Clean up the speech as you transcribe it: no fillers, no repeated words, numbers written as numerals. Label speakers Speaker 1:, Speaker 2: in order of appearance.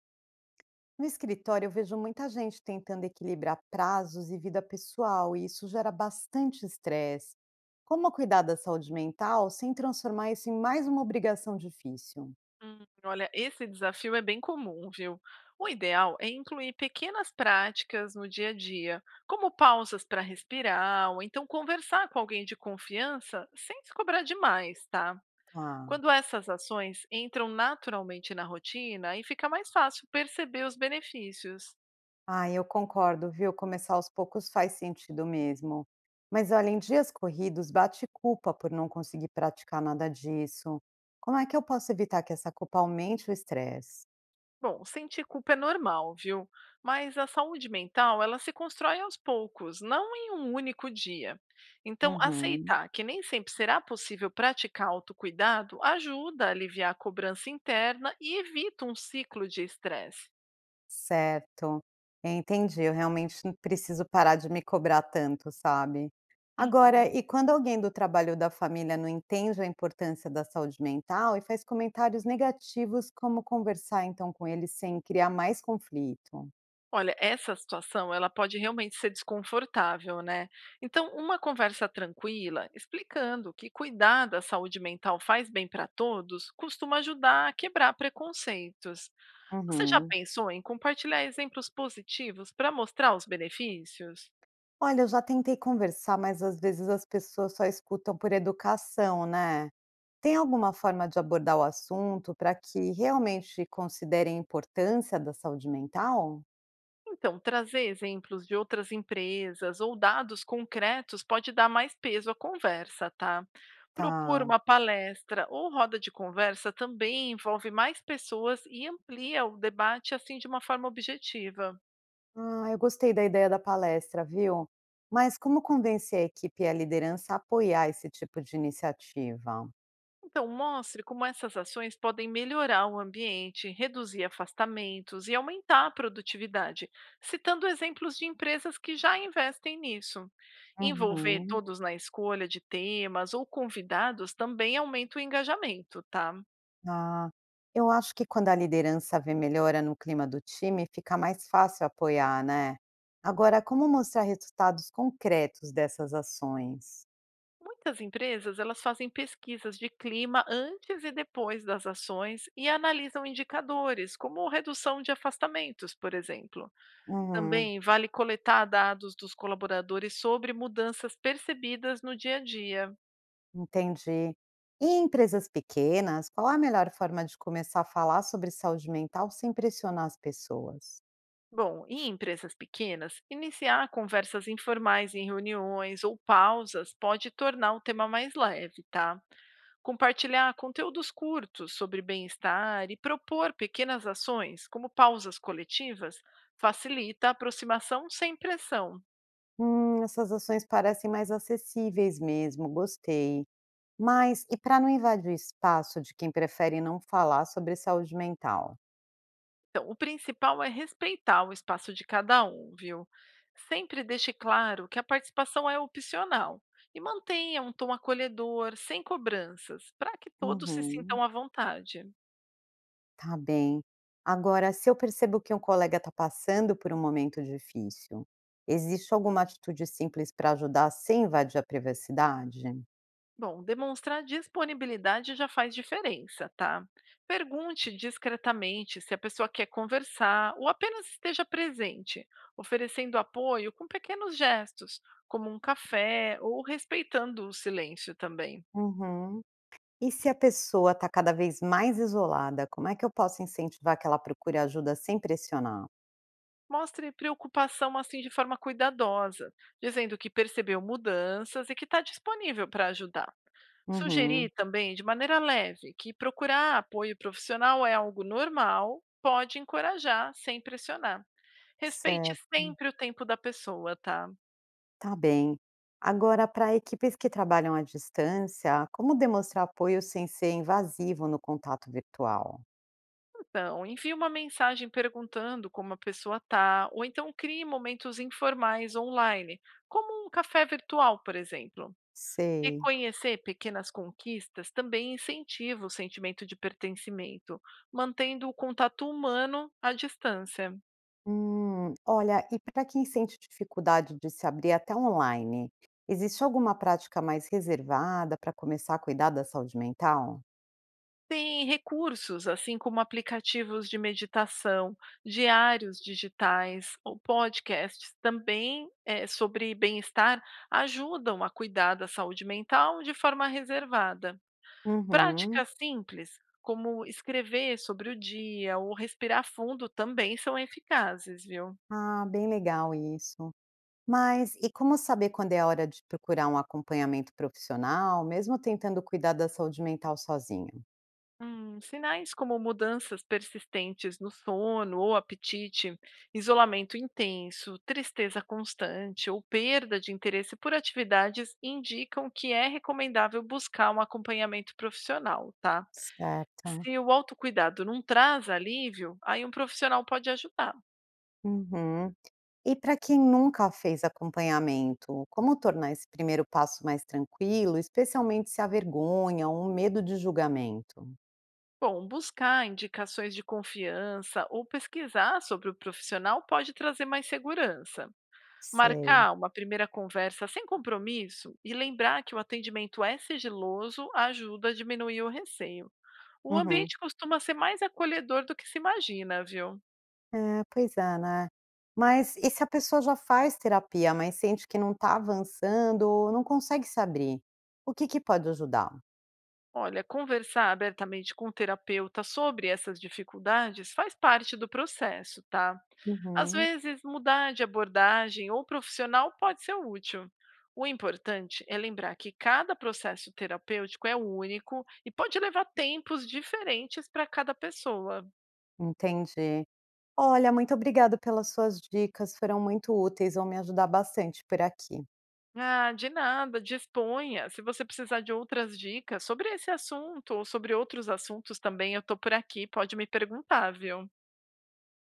Speaker 1: No escritório, eu vejo muita gente tentando equilibrar prazos e vida pessoal, e isso gera bastante estresse. Como cuidar da saúde mental sem transformar isso em mais uma obrigação difícil?
Speaker 2: Olha, esse desafio é bem comum, viu? O ideal é incluir pequenas práticas no dia a dia, como pausas para respirar, ou então conversar com alguém de confiança sem se cobrar demais, tá?
Speaker 1: Ah,
Speaker 2: Quando essas ações entram naturalmente na rotina, aí fica mais fácil perceber os benefícios.
Speaker 1: ah, eu concordo, viu? Começar aos poucos faz sentido mesmo. Mas olha, em dias corridos, bate culpa por não conseguir praticar nada disso. Como é que eu posso evitar que essa culpa aumente o estresse?
Speaker 2: Bom, sentir culpa é normal, viu? Mas a saúde mental, ela se constrói aos poucos, não em um único dia. Então,
Speaker 1: Uhum.
Speaker 2: aceitar que nem sempre será possível praticar autocuidado ajuda a aliviar a cobrança interna e evita um ciclo de estresse.
Speaker 1: Certo, entendi. Eu realmente preciso parar de me cobrar tanto, sabe. Agora,
Speaker 2: Uhum.
Speaker 1: e quando alguém do trabalho ou da família não entende a importância da saúde mental e faz comentários negativos, como conversar então com ele sem criar mais conflito?
Speaker 2: Olha, essa situação, ela pode realmente ser desconfortável, né? Então, uma conversa tranquila, explicando que cuidar da saúde mental faz bem para todos, costuma ajudar a quebrar preconceitos. Você já
Speaker 1: Uhum.
Speaker 2: pensou em compartilhar exemplos positivos para mostrar os benefícios?
Speaker 1: Olha, eu já tentei conversar, mas às vezes as pessoas só escutam por educação, né. Tem alguma forma de abordar o assunto para que realmente considerem a importância da saúde mental?
Speaker 2: Então, trazer exemplos de outras empresas ou dados concretos pode dar mais peso à conversa, tá? Propor
Speaker 1: Tá.
Speaker 2: uma palestra ou roda de conversa também envolve mais pessoas e amplia o debate assim de uma forma objetiva.
Speaker 1: Ah, eu gostei da ideia da palestra, viu? Mas como convencer a equipe e a liderança a apoiar esse tipo de iniciativa?
Speaker 2: Então, mostre como essas ações podem melhorar o ambiente, reduzir afastamentos e aumentar a produtividade, citando exemplos de empresas que já investem nisso. Envolver
Speaker 1: Uhum.
Speaker 2: todos na escolha de temas ou convidados também aumenta o engajamento, tá?
Speaker 1: Ah, eu acho que quando a liderança vê melhora no clima do time, fica mais fácil apoiar, né? Agora, como mostrar resultados concretos dessas ações?
Speaker 2: Muitas empresas elas fazem pesquisas de clima antes e depois das ações e analisam indicadores, como redução de afastamentos, por exemplo.
Speaker 1: Uhum,
Speaker 2: Também vale coletar dados dos colaboradores sobre mudanças percebidas no dia a dia.
Speaker 1: entendi. E em empresas pequenas, qual é a melhor forma de começar a falar sobre saúde mental sem pressionar as pessoas?
Speaker 2: Bom, em empresas pequenas, iniciar conversas informais em reuniões ou pausas pode tornar o tema mais leve, tá? Compartilhar conteúdos curtos sobre bem-estar e propor pequenas ações, como pausas coletivas, facilita a aproximação sem pressão.
Speaker 1: Essas ações parecem mais acessíveis mesmo, gostei. Mas e para não invadir o espaço de quem prefere não falar sobre saúde mental?
Speaker 2: Então, o principal é respeitar o espaço de cada um, viu? Sempre deixe claro que a participação é opcional e mantenha um tom acolhedor, sem cobranças, para que todos se
Speaker 1: Uhum,
Speaker 2: sintam à vontade.
Speaker 1: tá bem. Agora, se eu percebo que um colega está passando por um momento difícil, existe alguma atitude simples para ajudar sem invadir a privacidade?
Speaker 2: Bom, demonstrar disponibilidade já faz diferença, tá? Pergunte discretamente se a pessoa quer conversar ou apenas esteja presente, oferecendo apoio com pequenos gestos, como um café ou respeitando o silêncio também.
Speaker 1: Uhum. E se a pessoa está cada vez mais isolada, como é que eu posso incentivar que ela procure ajuda sem pressionar?
Speaker 2: Mostre preocupação assim de forma cuidadosa, dizendo que percebeu mudanças e que está disponível para ajudar.
Speaker 1: Uhum,
Speaker 2: Sugerir também de maneira leve que procurar apoio profissional é algo normal, pode encorajar sem pressionar. Respeite
Speaker 1: certo,
Speaker 2: sempre o tempo da pessoa, tá?
Speaker 1: tá bem. Agora, para equipes que trabalham à distância, como demonstrar apoio sem ser invasivo no contato virtual?
Speaker 2: Então, envie uma mensagem perguntando como a pessoa tá, ou então crie momentos informais online, como um café virtual, por exemplo.
Speaker 1: Sei.
Speaker 2: Reconhecer pequenas conquistas também incentiva o sentimento de pertencimento, mantendo o contato humano à distância.
Speaker 1: Olha, e para quem sente dificuldade de se abrir até online, existe alguma prática mais reservada para começar a cuidar da saúde mental?
Speaker 2: Tem recursos, assim como aplicativos de meditação, diários digitais ou podcasts, também sobre bem-estar, ajudam a cuidar da saúde mental de forma reservada.
Speaker 1: Uhum.
Speaker 2: Práticas simples, como escrever sobre o dia ou respirar fundo, também são eficazes, viu?
Speaker 1: Ah, bem legal isso. Mas e como saber quando é a hora de procurar um acompanhamento profissional, mesmo tentando cuidar da saúde mental sozinho?
Speaker 2: Sinais como mudanças persistentes no sono ou apetite, isolamento intenso, tristeza constante ou perda de interesse por atividades indicam que é recomendável buscar um acompanhamento profissional, tá?
Speaker 1: Certo.
Speaker 2: Se o autocuidado não traz alívio, aí um profissional pode ajudar.
Speaker 1: Uhum. E para quem nunca fez acompanhamento, como tornar esse primeiro passo mais tranquilo, especialmente se há vergonha ou um medo de julgamento?
Speaker 2: Bom, buscar indicações de confiança ou pesquisar sobre o profissional pode trazer mais segurança.
Speaker 1: Sei.
Speaker 2: Marcar uma primeira conversa sem compromisso e lembrar que o atendimento é sigiloso ajuda a diminuir o receio. O
Speaker 1: Uhum.
Speaker 2: ambiente costuma ser mais acolhedor do que se imagina, viu?
Speaker 1: É, pois é, né? Mas e se a pessoa já faz terapia, mas sente que não está avançando ou não consegue se abrir? O que que pode ajudar?
Speaker 2: Olha, conversar abertamente com o terapeuta sobre essas dificuldades faz parte do processo, tá? Às
Speaker 1: Uhum.
Speaker 2: vezes, mudar de abordagem ou profissional pode ser útil. O importante é lembrar que cada processo terapêutico é único e pode levar tempos diferentes para cada pessoa.
Speaker 1: Entendi. Olha, muito obrigada pelas suas dicas, foram muito úteis, vão me ajudar bastante por aqui.
Speaker 2: Ah, de nada, disponha. Se você precisar de outras dicas sobre esse assunto ou sobre outros assuntos também, eu estou por aqui, pode me perguntar, viu?